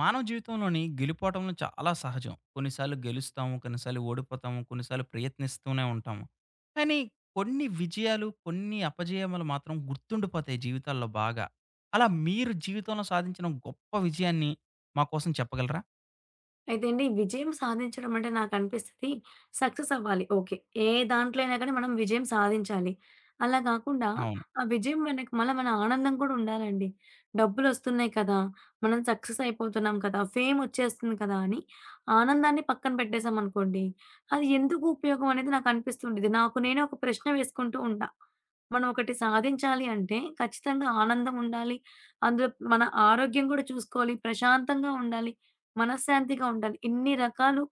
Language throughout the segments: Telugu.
మానవ జీవితంలోని గెలుపోటములు చాలా సహజం. కొన్నిసార్లు గెలుస్తాము, కొన్నిసార్లు ఓడిపోతాము, కొన్నిసార్లు ప్రయత్నిస్తూనే ఉంటాము. కానీ కొన్ని విజయాలు, కొన్ని అపజయములు మాత్రం గుర్తుండిపోతాయి జీవితాల్లో బాగా. అలా మీరు జీవితంలో సాధించిన గొప్ప విజయాన్ని మా కోసం చెప్పగలరా? అయితే అండి, విజయం సాధించడం అంటే నాకనిపిస్తది సక్సెస్ అవ్వాలి. ఓకే. ఏ దాంట్లో అయినా గానీ మనం విజయం సాధించాలి. అలా గాకుండా అవును. ఆ విజయం వెనక మళ్ళా మన ఆనందం కూడా ఉండాలండి. డబ్బులొస్తున్నాయి కదా! మనం సక్సెస్ అయిపోతున్నాం కదా! ఫేమ్ ఒచ్చేస్తుంది కదా! అని ఆనందాన్ని పక్కన పెట్టేసామనుకోండి, అది ఎందుకు ఉపయోగం అనేది నాకనిపిస్తుండేది. నాకు నేనే ఒక ప్రశ్న వేసుకుంటూ ఉంటా. మనం ఒకటి సాధించాలి అంటే ఖచ్చితంగా ఆనందం ఉండాలి. అందులో మన ఆరోగ్యం గూడా చూసుకోవాలి. ప్రశాంతంగా ఉండాలి. మనశ్శాంతిగా ఉండాలి. ఇన్ని రకాలు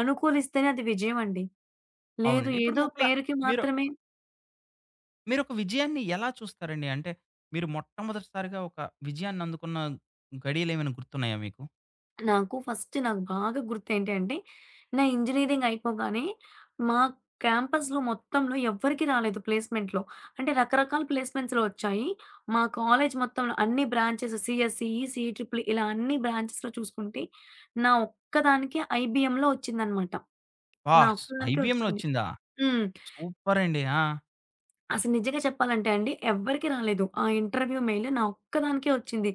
అనుకూలిస్తేనే అది విజయం అండి. లేదు అవునండి. ఇప్పుడు ఏదో ఒకలా పేరుకి మీరు మాత్రమే. మీరొక విజయాన్ని ఎలా చూస్తారండి? అంటే మీరు మొట్టమొదటిసారిగా ఒక విజయాన్ని అందుకున్న గడియలేమైనా గుర్తున్నాయా మీకు? నాకు బాగా గుర్తేంటి అంటే, నా ఇంజినీరింగ్ అయిపోగానే మా క్యాంపస్‌లో మొత్తంలో ఎవ్వరికీ రాలేదు ప్లేస్‌మెంట్‌లో. అంటే రకరకాల ప్లేస్‌మెంట్స్‌లో వచ్చాయి. మా కాలేజ్ మొత్తంలో అన్ని బ్రాంచెస్ సీఎస్ఈ, సీఈఈఈఈ ఇలా అన్ని బ్రాంచెస్‌లో చూసుకుంటే, నా ఒక్కదానికే ఐబీఎంలో వచ్చిందనమాట. నా వాహ్! ఒక్కదానికే ఐబీఎంలో వచ్చింది. వచ్చిందా? హ్మ్. సూపర్ అండి. ఆ! అసలు నిజంగా చెప్పాలంటే అండి ఎవ్వరికీ రాలేదు. ఆ ఇంటర్వ్యూ మెయిల్ నా ఒక్కదానికే వచ్చింది.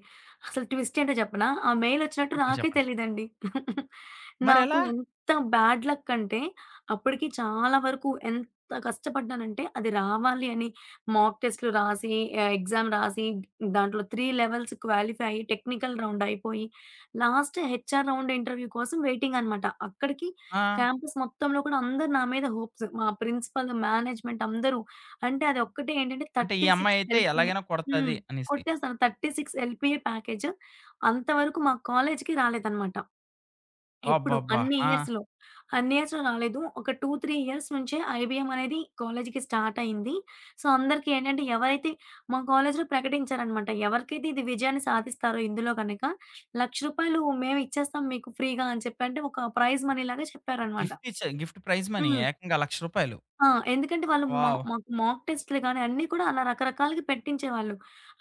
అసలు ట్విస్ట్ ఏంటో చెప్పనా? ఆ మెయిల్ వచ్చినట్టు చెప్పండి, నాకే చెప్పండి. తెలీదండి. నాకు మరెలా? ఎంత బ్యాడ్ లక్ అంటే అప్పటికి చాలా వరకు ఎంత కష్టపడ్డానంటే అది రావాలి అని మాక్ టెస్ట్‌లు రాసి, ఎగ్జామ్ రాసి దాంట్లో 3 లెవెల్స్ క్వాలిఫై అయ్యి టెక్నికల్ రౌండ్ అయిపోయి లాస్ట్ హెచ్ఆర్ రౌండ్ ఇంటర్వ్యూ కోసం వెయిటింగ్ అనమాట. అక్కడికి ఆ! క్యాంపస్ మొత్తంలో కూడా అందరూ నా మీద హోప్స్. మా ప్రిన్సిపల్, మేనేజ్మెంట్ అందరూ అంటే అదొక్కటే ఏంటంటే అంటే ఈ 36 అమ్మాయయితే ఎల్‌పీఏ. ఎలాగైనా హ్మ్. కొడతది అనేసి. కొట్టేసాను. 36 ఎల్‌పీఏ ప్యాకేజ్ అంతవరకు మా కాలేజ్‌కి రాలేదన్నమాట. ఎప్పుడు అబ్బబ్బబ్బా! అన్ని ఆ! ఇయర్స్‌లో. అన్ని ఇయర్స్‌లో రాలేదు. ఒక 2, 3 ఇయర్స్ నుంచే ఐబీఎం అనేది కాలేజ్‌కి స్టార్ట్ అయింది. సో, అందరికి ఏంటంటే ఎవరైతే మా కాలేజ్‌లో ప్రకటించారన్నమాట. ఎవరికైతే ఇది విజయాన్ని సాధిస్తారో ఇందులో గనక ₹1,00,000 మేము ఇచ్చేస్తాం మీకు ఫ్రీగా అని చెప్పి అంటే ఒక ప్రైజ్ మనీ లాగా చెప్పారన్నమాట. గిఫ్ట్ ఇచ్చే ప్రైజ్ మనీ హ్మ్. ఏకంగా రూ. 1,00,000. ఆ! ఎందుకంటే వాళ్ళు మా వావ్! మాకు మాక్ టెస్ట్‌లు గాని అన్నీ కూడా అలా రకరకాలుగా పెట్టించేవాళ్ళు.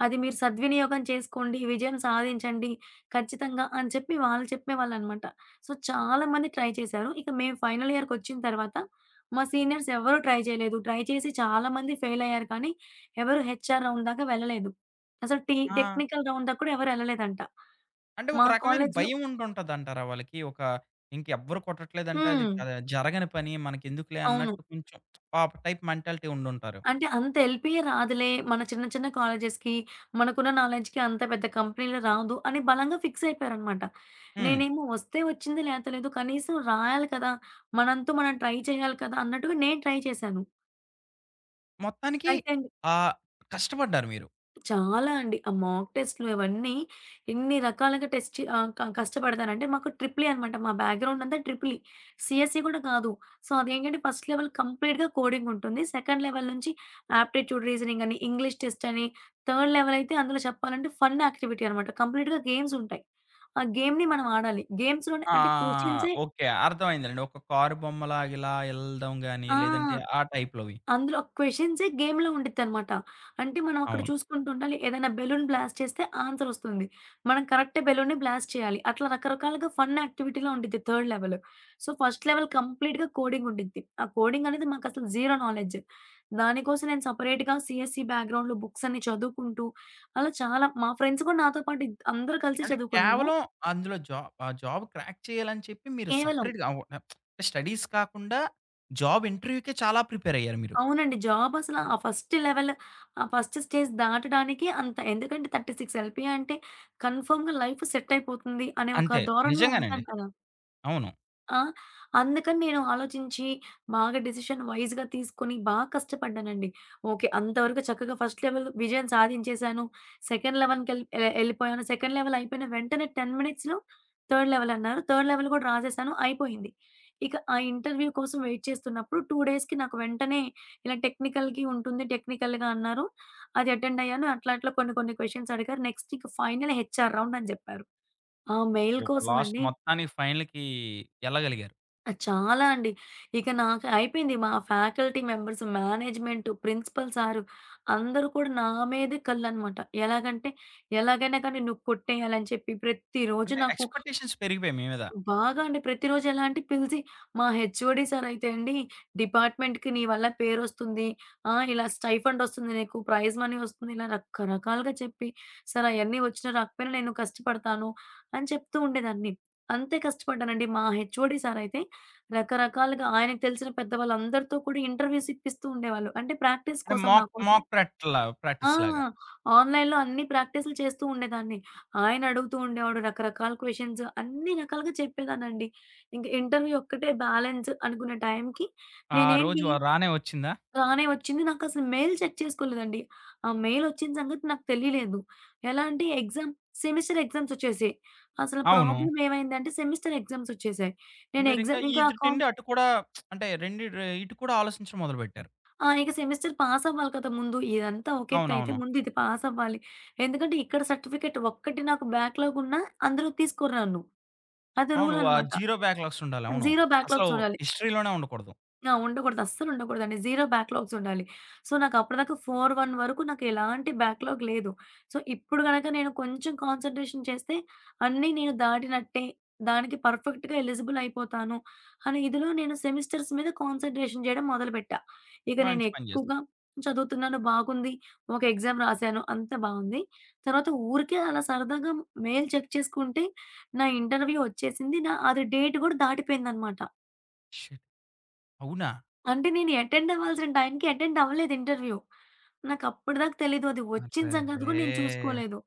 అది మీరు సద్వినియోగం చేసుకోండి, విజయం సాధించండి ఖచ్చితంగా అని చెప్పి వాళ్ళు చెప్పేవాళ్ళనమాట. సో, చాలా మంది ట్రై చేశారు. ఇక మేము ఫైనల్ ఇయర్‌కొచ్చిన తర్వాత మా సీనియర్స్ ఎవరు ట్రై చేయలేదు. ట్రై చేసి చాలా మంది ఫెయిల్ అయ్యారు కానీ ఎవరు హెచ్ఆర్ రౌండ్ దాకా వెళ్ళలేదు. అసలు ఆ! టెక్నికల్ రౌండ్ దాకా కూడా ఎవరు ఎళ్ళలేదంట. అంటే మా ఒక రకమైన కాలేజ్‌లో. భయం ఉండుంటదంటారా వాళ్ళకి? ఒక ఇంకెవ్వరు కొట్టట్లేదంటే అది హ్మ్. జరగని పని మనకెందుకులే అవును. అన్నట్టు కొంచెం పాప టైప్ మెంటాలిటీ ఉండుంటారు. అంటే అంత ఎల్‌పీఏ రాదులే. మన చిన్న చిన్న కాలేజెస్‌కి, మనకున్న నాలెడ్జ్‌కి అంత పెద్ద కంపెనీలు రాదు అని బలంగా ఫిక్స్ అయిపోయారనమాట. హ్మ్. నేనేమో వస్తే వచ్చింది లేతే లేదు. కనీసం రాయాలి కదా! మనంతు మనం ట్రై చేయాలి కదా! అన్నట్టుగా నేను ట్రై చేశాను. మొత్తానికి అయితే ఆహ్, కష్టపడ్డారు మీరు. చాలా అండి. ఆ మాక్ టెస్ట్‌లు ఇవన్నీ ఎన్ని రకాలుగా టెస్ట్ చే ఆహ్, క కష్టపడతానంటే మాకు ట్రిపుల్ ఈ అనమాట. మా బ్యాక్‌గ్రౌండ్ అంతా ట్రిపుల్ ఈ. సీఎస్ఈ కూడా కాదు. సో, అదేంటంటే ఫస్ట్ లెవెల్ కంప్లీట్‌గా కోడింగ్ ఉంటుంది. సెకండ్ లెవెల్ నుంచి ఆప్టిట్యూడ్ రీజనింగ్ అని, ఇంగ్లీష్ టెస్ట్ అని, థర్డ్ లెవెల్ అయితే అందులో చెప్పాలంటే ఫన్ యాక్టివిటీ అనమాట. కంప్లీట్‌గా గేమ్స్ ఉంటాయి. ఆ గేమ్‌ని మనం ఆడాలి. గేమ్స్‌లోనే ఆ! అంటే క్వెషన్సే. ఓకే, అర్థమైందిలెండి. ఒక కారు బొమ్మలాగిలా ఎళ్ళడం గాని, ఆ! లేదంటే ఆ టైప్‌లోవి. అందులో క్వెషన్సే గేమ్‌లా ఉండిద్దనమాట. అంటే మనం అక్కడ అవును. చూసుకుంటూ ఉండాలి. ఏదైనా బెలూన్ బ్లాస్ట్ చేస్తే ఆన్సర్ వస్తుంది. మనం కరెక్ట్ బెలూన్‌ని బ్లాస్ట్ చేయాలి. అట్లా రకరకాలుగా ఫన్ యాక్టివిటీలా ఉండిద్ది third level. So, first level కంప్లీట్‌గా కోడింగ్ ఉండిద్ది. ఆ కోడింగ్ అనేది మాకసలు జీరో నాలెడ్జ్. దానికోసం నేను సెపరేట్‌గా సీఎస్‌సి బ్యాక్‌గ్రౌండ్‌లో బుక్స్ అన్ని చదువుకుంటూ, అలా చాలా మా ఫ్రెండ్స్ కూడా నాతో పాటు అందరూ కలిసి అంటే చదువుకున్నాము. కేవలం అందులో ఆ జాబ్ క్రాక్ చేయాలని చెప్పి మీరు కేవలం సెపరేట్‌గా స్టడీస్ కాకుండా జాబ్ ఇంటర్వ్యూకే చాలా ప్రిపేర్ అయ్యారు మీరు. అవునండి. జాబసల ఆ ఫస్ట్ లెవెల్, ఆ ఫస్ట్ స్టేజ్ దాటడానికే అంత ఎందుకంటే 36 ఎల్‌పీఏ అంటే కన్ఫర్మ్‌గా లైఫ్ సెట్ అయిపోతుంది అనే ఒక అంతే. ధోరణిలో ఉంటాం నిజంగానండి. కదా! అవును. ఆ! అందుకని నేను ఆలోచించి, బాగా డెసిషన్ వైస్‌గా తీసుకొని, బాగా కష్టపడ్డానండి. ఓకే. అంతవరకు చక్కగా ఫస్ట్ లెవెల్ విజయం సాధించేశాను. సెకండ్ లెవెల్‌కెళ్ ఎ ఎళ్ళిపోయాను. సెకండ్ లెవెల్ అయిపోయిన వెంటనే 10 మినిట్స్‌లో థర్డ్ లెవెల్ అన్నారు. థర్డ్ లెవెల్ కూడా రాసేసాను. అయిపోయింది. ఇక ఆ ఇంటర్వ్యూ కోసం వెయిట్ చేస్తున్నప్పుడు 2 డేస్‌కి నాకు వెంటనే ఇలా టెక్నికల్‌కి ఉంటుంది. టెక్నికల్‌గా అన్నారు. అది అటెండ్ అయ్యాను. అట్లా అట్లా కొన్ని కొన్ని క్వెషన్స్ అడిగారు. నెక్స్ట్ ఇక ఫైనల్ హెచ్ఆర్ రౌండ్ అని జెప్పారు. ఆ మెయిల్ సూపర్. కోసం లాస్ట్ అండి. మొత్తానికి ఫైనల్‌కి ఎళ్ళగలిగారు. ఆ! చాలా అండి. ఇక నాకు అయిపోయింది. మా faculty members, management, principal sir అందరూ కూడా నా మీదే కళ్ళనమాట. ఎలాగంటే ఎలాగైనా కానీ నువ్వు కొట్టేయాలని చెప్పి ప్రతిరోజు అంటే నాకు ఎక్స్‌పెక్టేషన్స్ పెరిగిపోయాయి మీ మీద. బాగా అండి. ప్రతిరోజు ఎలా అంటే పిలిచి, మా హెచ్ఓడి సార్ అయితే అండి, "డిపార్ట్మెంట్‌కి నీ వల్ల పేరొస్తుంది. ఆ! ఇలా స్టైఫండ్ ఒస్తుంది నీకు. ప్రైజ్ మనీ ఒస్తుంది." ఇలా రకరకాలుగా చెప్పి, "సార్ అయన్నీ వచ్చినా రాకపోయినా నేను కష్టపడతాను" అని చెప్తూ ఉండేదాన్ని. అంతే కష్టపడ్డానండి. మా హెచ్ఓడి సార్ అయితే రకరకాలుగా ఆయనకు తెలిసిన పెద్దవాళ్ళందరితో కూడా ఇంటర్వ్యూస్ ఇప్పిస్తూ ఉండేవాళ్ళు. అంటే ప్రాక్టీస్ అంటే కోసం నా మాక్ కోసం. మాక్ ప్రాక్ట్‌లా ఆ! ప్రాక్టీస్‌లాగా. ఆన్‌లైన్‌లో అన్ని ప్రాక్టీసులు చేస్తూ ఉండేదాన్ని. ఆయన అడుగుతూ ఉండేవాడు రకరకాల క్వెషన్స్ అన్ని రకాలుగా చెప్పేదాన్నండి. ఇంక ఇంటర్వ్యూ ఒక్కటే బ్యాలెన్స్ అనుకునే టైంకి ఆ నేనేంటి రోజు రానే వచ్చిందా? రానే వచ్చింది. నాకసలు మెయిల్ చెక్ చేసుకోలేదండి. ఆ మెయిల్ వచ్చిన సంగతి నాకు తెలియలేదు. ఎలా అంటే ఎగ్జామ్ సెమిస్టర్ ఎగ్జామ్స్ వచ్చేసాయి. అసలు అవును. ప్రాబ్లమ్ ఏమైందంటే సెమిస్టర్ ఎగ్జామ్స్ వచ్చేసాయి. నేను మీరింకా ఎగ్జామ్ ఇంకా కాం. ఇటునుండి అటు కూడా అంటే రెండు ఇటు కూడా ఆలోచించడం మొదలుపెట్టారు. ఆ! ఇక సెమిస్టర్ పాసవ్వాలి కదా! ముందు. ఇదంతా ఒక ఎత్తయితే అవునవును. ముందు ఇది పాసవ్వాలి. ఎందుకంటే ఇక్కడ సర్టిఫికేట్ ఒక్కటి నాకు బ్యాక్‌లాగున్నా అందరూ తీసుకోరు నన్ను. అది అవును. రూలనమాట. జీరో బ్యాక్‌లాగ్స్ ఉండాలి. అవును. జీరో అసలు బ్యాక్‌లాగ్స్ ఉండాలి. హిస్టరీలోనే ఉండకూడదు. ఆ! ఉండకూడదు. అస్సలుండకూడదండి. జీరో బ్యాక్‌లాగ్స్ ఉండాలి. సో, నాకప్పటిదాకా 4:1 వరకు నాకెలాంటి బ్యాక్‌లాగ్ లేదు. సో, ఇప్పుడు గనక నేను కొంచెం కాన్సంట్రేషన్ చేస్తే అన్నీ నేను దాటినట్టే. దానికి పర్ఫెక్ట్‌గా ఎలిజిబుల్ అయిపోతాను అనే ఇదిలో నేను సెమిస్టర్స్ మీద కాన్సంట్రేషన్ చేయడం మొదలుపెట్టా. ఇక నేను మంచి పని ఎక్కువగా చేశారు. చదువుతున్నాను బాగుంది. ఒక ఎగ్జామ్ రాశాను అంతా బావుంది. తర్వాత ఊరికే అలా సరదాగా మెయిల్ చెక్ చేసుకుంటే నా ఇంటర్వ్యూ వచ్చేసింది. నా అది డేట్ గూడా దాటిపోయిందనమాట. షిట్! అవునా? అంటే నేను అటెండ్ అవ్వాల్సిన టైంకి అటెండ్ అవ్వలేదు ఇంటర్వ్యూ. నాకప్పటిదాకా తెలీదు. అది వచ్చిన సంగతి కూడా అరెరే! నేను చూసుకోలేదు.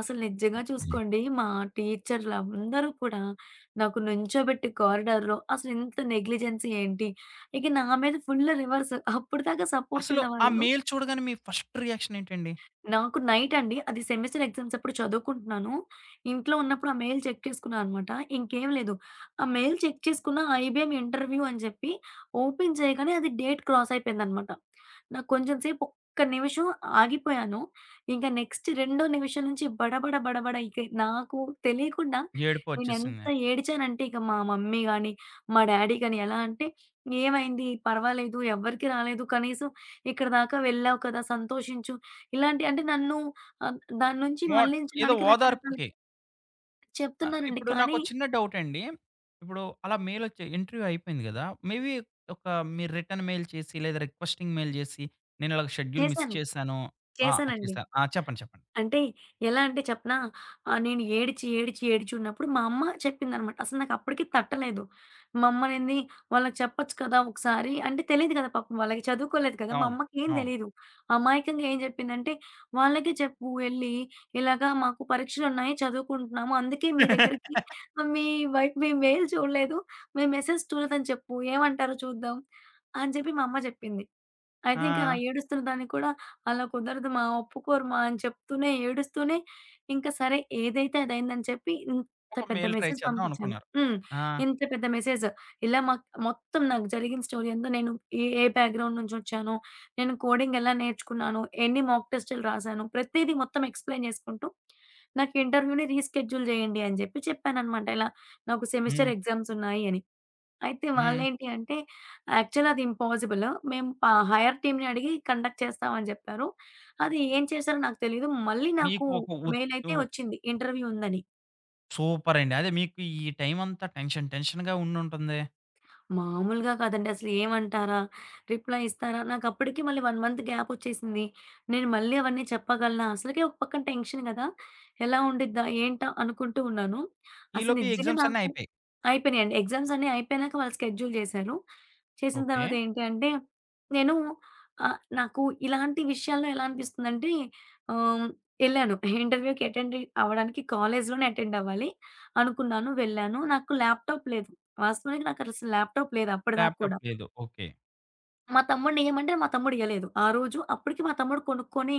అసలు నిజంగా చూసుకోండి మా టీచర్‌లందరూ కూడా నాకు నుంచోబెట్టి కారిడార్‌లో అసలు ఇంత నెగ్లిజెన్స్ ఏంటి? ఇక నా మీద ఫుల్ రివర్స్ అప్పటిదాకా సపోర్ట్ అసలు ఆ ఉన్నవాళ్ళు. మెయిల్ చూడగానే మీ ఫస్ట్ రియాక్షన్ ఏంటండి? నాకు నైట్ అండి. అది సెమిస్టర్ ఎగ్జామ్స్ అప్పుడు చదువుకుంటున్నాను. ఇంట్లో ఉన్నప్పుడు ఆ మెయిల్ చెక్ చేసుకున్నాననమాట. ఇంకేం లేదు. ఆ మెయిల్ చెక్ చేసుకున్న ఐబీఎం ఇంటర్వ్యూ అని చెప్పి ఓపెన్ చేయగానే అది డేట్ క్రాస్ అయిపోయిందనమాట. నాకు కొంచెం సేపు ఒక్క నిమిషం ఆగిపోయాను. ఇంక నెక్స్ట్ రెండో నిమిషం నుంచి బడబడ బడబడ ఇక నాకు తెలియకుండా నేనెంత ఏడుపొచ్చేసింది. ఏడిచానంటే ఇక మా మమ్మీ గాని, మా డ్యాడీ గాని ఎలా అంటే, "ఏమైంది? పర్వాలేదు. ఎవ్వరికీ రాలేదు. కనీసం ఇక్కడి దాకా వెళ్ళావు కదా! సంతోషించు." ఇలాంటి అంటే నన్ను దాని నుంచి మోట్ ఏదో మళ్ళించడానికి రకరకాలు ఓదార్పుకి. చెప్తున్నారండి. ఇప్పుడు నాకో కానీ చిన్న డౌటండి. ఇప్పుడు అలా మెయిలొచ్చే ఇంటర్వ్యూ అయిపోయింది గదా! మేబీ ఒక మీరు రిటర్న్ మెయిల్ చేసి, లేదా రిక్వెస్టింగ్ మెయిల్ చేసి, నేను ఇలాగ షెడ్యూల్ మిస్ చేశాను. చేశాను. ఆ! చేశానండి. చేశా. ఆ! చెప్పండి, చెప్పండి. అంటే ఎలా అంటే చెప్పనా? నేను ఏడిచి, ఏడిచి, ఏడిచున్నప్పుడు మా అమ్మ చెప్పిందనమాట. అసలు నాకు అప్పటికి తట్టలేదు. మా అమ్మనేంది వాళ్ళకి చెప్పొచ్చు కదా! ఒకసారి అంటే తెలీదు కదా! పాపం వాళ్ళకి చదువుకోలేదు కదా! మా అవును. అమ్మకి ఏం అవును. తెలీదు. అమాయకంగా ఏం చెప్పిందంటే, "వాళ్ళకే చెప్పు ఎళ్లి, ఇలాగా మాకు పరీక్షలున్నాయి, చదువుకుంటున్నాము. అందుకే మీ దగ్గరికి మీ వైపు మీ మెయిల్ చూడలేదు. మీ మెసేజ్ చూడలేదని చెప్పు. ఏమంటారో చూద్దాం" అని చెప్పి మా అమ్మ చెప్పింది. ఆ! అయితే ఇంకా ఆ ఏడుస్తున్న దాన్ని కూడా అలా కుదరదు మా, ఒప్పుకోరు మా అని చెప్తూనే ఏడుస్తూనే ఇంకా సరే ఏదైతే అదయిందని చెప్పి ఇంత ఒక పెద్ద మెయిల్ ట్రై మెసేజ్ చేద్దాం పంపించాను. అనుకున్నారు. హ్మ్. ఆ! ఇంత పెద్ద మెసేజ్ ఇలా మాక్ మొత్తం నాకు జరిగిన స్టోరీ అంతా నేను ఏ బ్యాక్‌గ్రౌండ్ నుంచొచ్చాను, నేను కోడింగ్ ఎలా నేర్చుకున్నాను, ఎన్ని మాక్ టెస్టులు రాశాను, ప్రతీదీ మొత్తం ఎక్స్‌ప్లెయిన్ చేసుకుంటూ నాకు ఇంటర్వ్యూని రీషెడ్యూల్ చేయండి అని చెప్పి చెప్పాననమాట. ఇలా నాకు సెమిస్టర్ హ్మ్. ఎగ్జామ్స్ ఉన్నాయి అని. అయితే హ్మ్. వాళ్ళేంటి అంటే, యాక్చువల్ అది ఇంపాసిబుల్. మేము ప హైర్ టీమ్‌ని అడిగి కండక్ట్ చేస్తామని జెప్పారు. అది ఏం చేశారో నాకు తెలీదు. మళ్ళీ నాకు మీకు ఒక మెయిల్ ఒత్తు అయితే వచ్చింది ఇంటర్వ్యూ ఉందని. సూపర్ అండి. అదే మీకు ఈ టైం అంతా టెన్షన్ టెన్షన్‌గా ఉండుంటుంది. మామూలుగా కాదండి. అసలు ఏమంటారా? రిప్లై ఇస్తారా? నాకప్పటికి మళ్ళీ 1 మంత్ గ్యాప్ ఒచ్చేసింది. నేను మళ్ళీ అవన్నీ చెప్పగలనా? అసలకే ఒక పక్కన టెన్షన్ గదా! ఎలా ఉండిద్దా? ఏంటా? అనుకుంటూ ఉన్నాను. అసలు ఈలోపు ఈ నిజంగా ఎగ్జామ్స్ అన్నీ నాకు అయిపోయాయి. అయిపోయినాయండి. ఎగ్జామ్స్ అన్నీ అయిపోయినాక వాళ్ళు స్కెడ్యూల్ జేశారు. చేసిన ఓకే. తర్వాత ఏంటి అంటే, నేను నాకు ఇలాంటి విషయాల్లో ఎలా అనిపిస్తుందంటే ఆహ్, ఎళ్ళాను. ఇంటర్వ్యూకి అటెండ్ అవ్వడానికి కాలేజ్‌లోనే అటెండ్ అవ్వాలి అనుకున్నాను. వెళ్ళాను. నాకు ల్యాప్‌టాప్ లేదు. వాస్తవానికి నాకసలు ల్యాప్‌టాప్ లేదు అప్పటిదాకా ల్యాప్‌టాప్ కూడా. లేదు, ఓకే. మా తమ్ముడిని ఇయ్యమంటే మా తమ్ముడు ఇయ్యలేదు. ఆ రోజు అప్పటికి మా తమ్ముడు కొనుక్కొని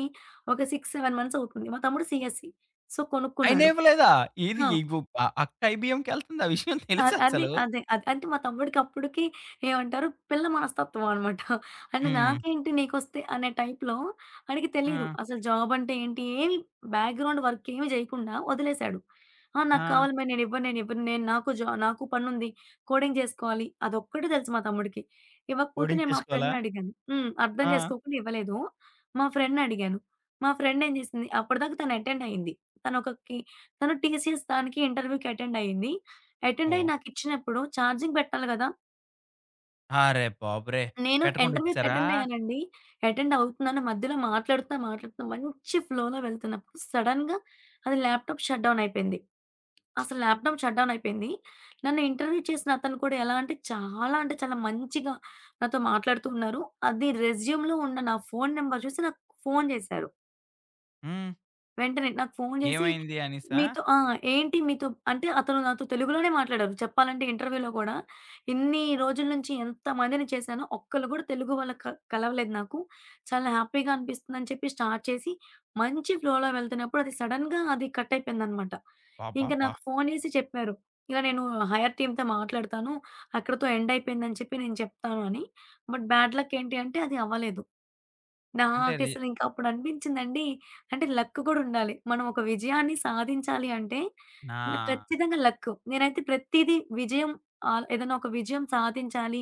ఒక 6, 7 మంత్స్ అవుతుంది. మా తమ్ముడు సీఎస్‌సి. సో, అయినా కొనుక్కున్నాడు. ఇవ్వలేదా? ఏది ఆ! ఇవ్వు. అక్క ఐబీఎంకెళ్తుంది. ఆ విషయం అ తెలుసా అదే. అసలు? అదే. అదే. అంటే మా తమ్ముడికప్పటికి ఏమంటారు పిల్ల మనస్తత్వం అనమాట. అంటే హ్మ్. నాకేంటి నీకొస్తే అనే టైప్‌లో ఆడికి తెలీదు. ఆ! అసలు జాబ్ అంటే ఏంటి ఏమి బ్యాక్‌గ్రౌండ్ వర్క్ ఏమి చేయకుండా వదిలేసాడు. ఆ! నాకు ఆ! కావాలి నేనివ్వను, నేనివ్వను, నేను ఇవ్వను నేను నాకు పనుంది. కోడింగ్ చేసుకోవాలి. అదొక్కటే తెలుసు మా తమ్ముడికి. ఇవ్వకపోతే కోడింగ్ నేను మా చేసుకోవాలా? ఫ్రెండ్‌నడిగాను. హ్మ్. అర్థం ఆ! చేసుకోకుండా ఇవ్వలేదు. మా ఫ్రెండ్‌నడిగాను. మా ఫ్రెండ్ ఏం చేసింది అప్పటిదాకా తను అటెండ్ అయింది. తనొకకి తను టీసీఎస్ దానికి ఇంటర్వ్యూకి అటెండ్ అయింది. అటెండ్ అయ్యి ఓహ్! నాకిచ్చినప్పుడు ఛార్జింగ్ పెట్టాలి గదా! అరె బాబురే! నేను పెట్టకుండా ఇంటర్వ్యూకి ఇచ్చేసారా? అటెండ్ అయ్యానండి. అటెండ్ అవుతున్నాను. మధ్యలో మాట్లాడుతున్నా మంచి ఫ్లోలో వెళ్తున్నప్పుడు సడెన్‌గా అది ల్యాప్‌టాప్ షట్ డౌన్ అయిపోయింది. అసలు ల్యాప్‌టాప్ షట్ డౌన్ అయిపోయింది. నన్ను ఇంటర్వ్యూ చేసిన అతను కూడా ఎలా అంటే చాలా మంచిగా నాతో మాట్లాడుతూ ఉన్నారు. అది రెస్యూమ్‌లో ఉన్న నా ఫోను నంబర్ చూసి నాకు ఫోను జేశారు. హ్మ్. వెంటనే నాకు ఫోను జేసి, ఏమైంది అనేసా? "మీతో" ఆ! "ఏంటి మీతో" అంటే అతను నాతో తెలుగులోనే మాట్లాడారు. చెప్పాలంటే ఇంటర్వ్యూలో గూడా, ఇన్ని రోజుల నుంచి ఎంతమందిని చేశానో, ఒక్కళ్ళు గూడా తెలుగు వాళ్ళు కలవలేదు నాకు. చాలా హ్యాపీగా అనిపిస్తుందని చెప్పి స్టార్ట్ చేసి, మంచి ఫ్లోలో వెళ్తున్నప్పుడు అది సడెన్‌గా కట్ అయిపోయిందనమాట. ఇంక అబ్బబ్బా! నాకు ఫోను జేసి చెప్పారు. "ఇలా నేను హైర్ టీమ్‌తో మాట్లాడతాను. అక్కడితో ఎండ్ అయిపోయిందని చెప్పి నేను చెప్తాను" అని. బట్ బ్యాడ్ లక్ ఏంటి అంటే అది అవ్వలేదు. అంటే రి నాకసలు ఇంక అప్పుడు అనిపించిందండి అంటే లక్ కూడా ఉండాలి. మనం ఒక విజయాన్ని సాధించాలి అంటే నా ఖచ్చితంగా లక్. నేనైతే ప్రతీదీ విజయం ఏదైనా ఒక విజయం సాధించాలి,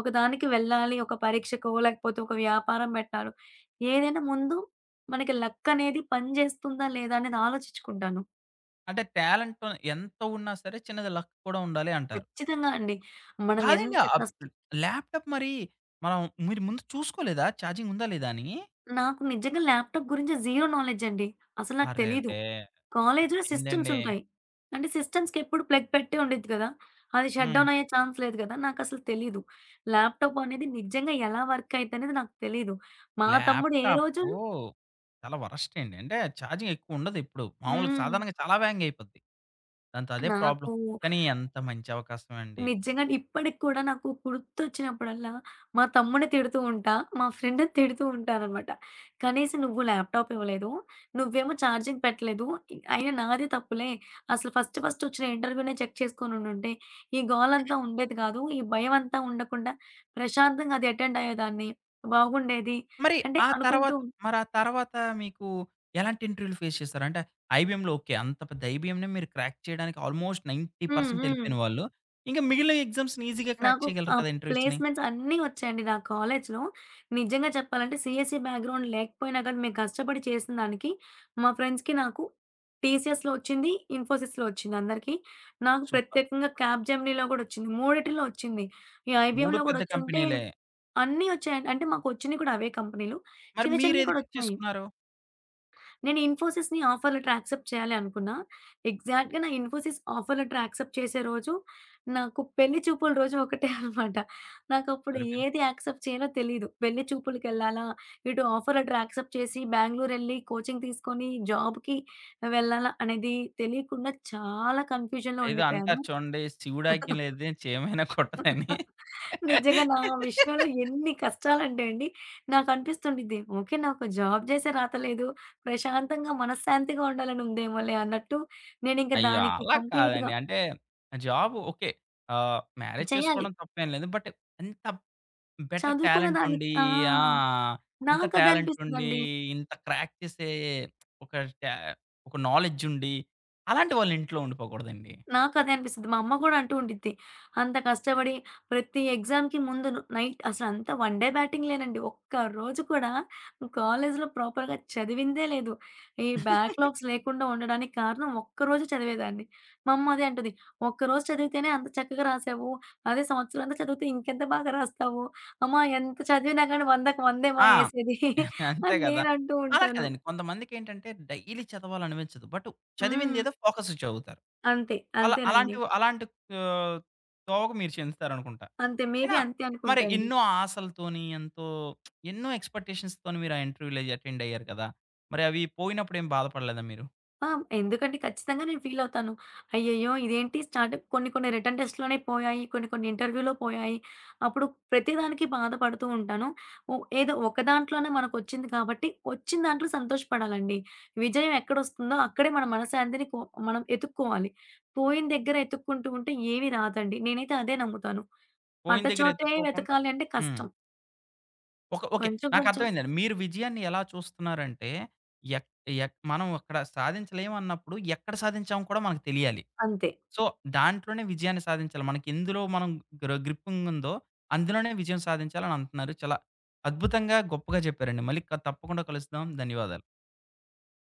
ఒక దానికి వెళ్ళాలి, ఒక పరీక్షకో లేకపోతే ఒక వ్యాపారం పెట్టాలో, ఏదైనా ముందు మనకి లక్ అనేది పని చేస్తుందా లేదా అనేది ఆలోచించుకుంటాను. అంటే టాలెంట్ ఎంత ఉన్నా సరే చిన్నది లక్ కూడా ఉండాలి అంటారు. ఖచ్చితంగా అండి. మనం కాదండి. ఎంత అప్ కష్ట ల్యాప్‌టాప్ మరి మనం మీరు ముందు చూసుకోలేదా? ఛార్జింగ్ ఉందా, లేదా అని? నాకు నిజంగా ల్యాప్‌టాప్ గురించి జీరో నాలెడ్జ్ అండి. అసలు నాకు తెలీదు. అరెరే! కాలేజ్‌లో సిస్టమ్స్ పోయిందండి. ఉంటాయి. అంటే సిస్టమ్స్‌కెప్పుడు ప్లగ్ పెట్టే ఉండిద్ది కదా! అది షట్ హ్మ్. డౌన్ అయ్యే ఛాన్స్ లేదు కదా! నాకసలు తెలీదు. ల్యాప్‌టాప్ అనేది నిజంగా ఎలా వర్క్ అయిద్దనేది నాకు తెలీదు. మా తమ్ముడు ఏ రోజు. ల్యాప్‌టాపు చాలా వరస్ట్ అండి. అంటే ఛార్జింగ్ ఎక్కువ ఉండదు ఎప్పుడు. మామూలుగా హ్మ్. సాధారణంగా చాలా వేగంగా అయిపోద్ది. దాంతో అదే నాకు ప్రాబ్లమ్. కానీ ఎంత మంచి అవకాశం అండి. నిజంగానే ఇప్పటికి కూడా నాకు గుర్తొచ్చినప్పుడల్లా, మా తమ్ముడిని తిడుతూ ఉంటా. మా ఫ్రెండ్‌ని తిడుతూ ఉంటాననమాట. కనీసం నువ్వు ల్యాప్‌టాప్ ఇవ్వలేదు. నువ్వేమో ఛార్జింగ్ పెట్టలేదు. అయినా నాది తప్పులే. అసలు ఫస్ట్ ఫస్ట్ వచ్చిన ఇంటర్వ్యూనే చెక్ చేసుకొనుండుంటే, ఈ గోలంతా ఉండేది కాదు. ఈ భయం అంతా ఉండకుండా ప్రశాంతంగా అది అటెండ్ అయ్యేదాన్ని. బాగుండేది. మరి అంటే ఆ అనుకుంటూ తర్వాత మరి ఆ తర్వాత మీకు ఎలాంటి ఇంటర్వ్యూలు ఫేస్ చేశారు? అంటే ఐబీఎంలో ఓకే. అంత పెద్ద ఐబీఎంని మీరు క్రాక్ చేయడానికి ఆల్మోస్ట్ హ్మ్. 90% హ్మ్. ఎళ్ళిపోయిన వాళ్ళు. ఇంక మిగిలిన ఎగ్జామ్స్‌ని ఈజీ‌గా క్రాక్ నాకు ఆ చేయగలరు కదా! ఇంటర్వ్యూస్‌ని. ప్లేస్‌మెంట్స్ అన్నీ వచ్చాయండి నా కాలేజ్‌లో. నిజంగా చెప్పాలంటే సీఎస్‌ఈ బ్యాక్‌గ్రౌండ్ లేకపోయినా గానీ, మేము కష్టపడి చేసిన దానికి మా ఫ్రెండ్స్‌కి, నాకు టీసీఎస్‌లో వచ్చింది. ఇన్ఫోసిస్‌లో వచ్చింది అందరికీ. నాకు సూపర్. ప్రత్యేకంగా క్యాప్‌జెమినీలో గూడా వచ్చింది. మూడిటిలో వచ్చింది. ఈ 3 ఐబీఎంలో గూడా పెద్ద వచ్చుంటే కంపెనీలే. అన్నీ వచ్చాయండి. అంటే మాకు వచ్చినయి కూడా అవే కంపెనీలు. మరి చిన్న చిన్నయి మీరేది కూడా పిక్ వచ్చాయి. చేసుకున్నారు? నేను 'ఇన్ఫోసిస్‌ని' ఆఫర్ లెటర్ యాక్సెప్ట్ చేయాలి అనుకున్నా. ఎగ్జాక్ట్‌గా నా 'ఇన్ఫోసిస్' ఆఫర్ లెటర్ యాక్సెప్ట్ చేసే రోజు, నాకు పెళ్లి చూపుల రోజు ఒకటే అన్నమాట. నాకప్పుడు సరిపోయింది. ఏది యాక్సెప్ట్ చేయాలో తెలీదు. పెళ్లి చూపులకెళ్ళాలా? ఇటు ఆఫర్ లెటర్ యాక్సెప్ట్ చేసి బెంగుళూరెళ్లి కోచింగ్ తీసుకొని జాబ్‌కి వెళ్ళాలా? అనేది తెలియకుండా చాలా కన్‌ఫ్యూజన్‌లో ఏదో ఉండిపోయాను. అంటారు చూడండి, శివుడాజ్ఞ లేనిదే చీమైనా కుట్టదని. నిజంగా నా విషయంలో ఎన్ని కష్టాలంటే అండి, నాకనిపిస్తుండిద్ది. ఓకే. నాకు జాబ్ చేసే రాత లేదు. ప్రశాంతంగా, మనశ్శాంతిగా ఉండాలని ఉందేమోలే అన్నట్టు నేనింక అయ్యో! దానికి అలా కంప్లీట్‌గా కాదండి. అంటే జాబ్ ఓకే. మ్యారేజ్ చేయాలి. చేసుకోవడం తప్పేం లేదు. బట్ ఇంత బెటర్ చదువుకున్న టాలెంట్ దానికి ఉండి, ఆ! ఆ! ఇంత టాలెంట్ ఉండి, నాకదనిపిస్తదండి. ఇంత క్రాక్ చేసే ఒక ట ఒక నాలెడ్జ్ ఉండి, అలాంటి వాళ్ళ ఇంట్లో ఉండిపోకూడదండి. నాకదే అనిపిస్తది. మా అమ్మ గూడా అంటూ ఉండిద్ది. అంత కష్టపడి ప్రతి ఎగ్జామ్‌కి ముందు నైట్ అసలంతా వన్ డే బ్యాటింగ్ లేనండి. ఒక్క రోజు కూడా కాలేజీలో ప్రాపర్‌గా చదివిందే లేదు. ఈ బ్యాక్‌లాగ్స్ లేకుండా ఉండడానికి కారణం ఒక్కరోజు చదివేదాన్ని. మా అమ్మ అదే అంటది. "ఒక్కరోజు చదివితేనే అంత చక్కగా రాసావు. అదే సంవత్సరం అంతా చదివితే ఇంకెంత బాగా రాస్తావు. అమ్మ ఎంత చదివినా గానీ 100కి 100 ఆ! ఏసేది" అంతే అని గదా! నేనంటూ అలా ఉంటాను. కాదండి. కొంతమందికేంటంటే డైలీ చదవాలనిపించదు. బట్ హ్మ్. చదివిందేదో ఫోకస్ చదువుతారు. అంతే. అలా అంతేనండి. అలాంటివి అలాంటి ఆహ్, తోవకు మీరు చెందుతారనుకుంటా. అంతే. మేబీ అయినా అంతే మరి అనుకుంటా అండి. ఎన్నో ఆశలతోని, ఎంతో ఎన్నో ఎక్స్‌పెక్టేషన్స్‌తోని మీరు ఆ ఇంటర్వ్యూ‌లు అటెండ్ అయ్యారు కదా! మరి అవి పోయినప్పుడేం బాధపడలేదా మీరు? ఆ! ఎందుకంటే ఖచ్చితంగా నేను ఫీలవుతాను. అయ్యయ్యో! ఇదేంటి స్టార్టప్ కొన్ని కొన్ని రిటర్న్ టెస్ట్‌లోనే పోయాయి. కొన్ని కొన్ని ఇంటర్వ్యూలో పోయాయి. అప్పుడు ప్రతి దానికి బాధపడుతూ ఉంటాను. ఓ ఏదో ఒక దాంట్లోనే మనకొచ్చింది కాబట్టి, వచ్చిన దాంట్లో సంతోషపడాలండి. విజయం ఎక్కడొస్తుందో అక్కడే మన మనశ్శాంతిని మనం ఎతుక్కోవాలి. పోయిన దగ్గర ఎతుక్కుంటూ ఉంటే ఏవి రాదండి. నేనైతే అదే నమ్ముతాను. పోయిన పడ్డ దగ్గర చోటే ఎతుక్కోకుండా. వెతకాలి అంటే హ్మ్. కష్టం. ఒక ఓకే, కొంచెం కొంచెం నాకర్థమైందండి. మీరు విజయాన్ని ఎలా చూస్తున్నారంటే, ఎక్ ఎక్ మనం అక్కడ సాధించలేమన్నప్పుడు ఎక్కడ సాధించామో కూడా మనకు తెలియాలి. అంతే. సో, దాంట్లోనే విజయాన్ని సాధించాలి. మనకెందులో మనం గ్రిప్పింగ్ ఉందో, అందులోనే విజయం సాధించాలని అంటున్నారు. చాలా అద్భుతంగా, గొప్పగా చెప్పారండి. మళ్ళీ తప్పకుండా కలుస్తాం. ధన్యవాదాలు.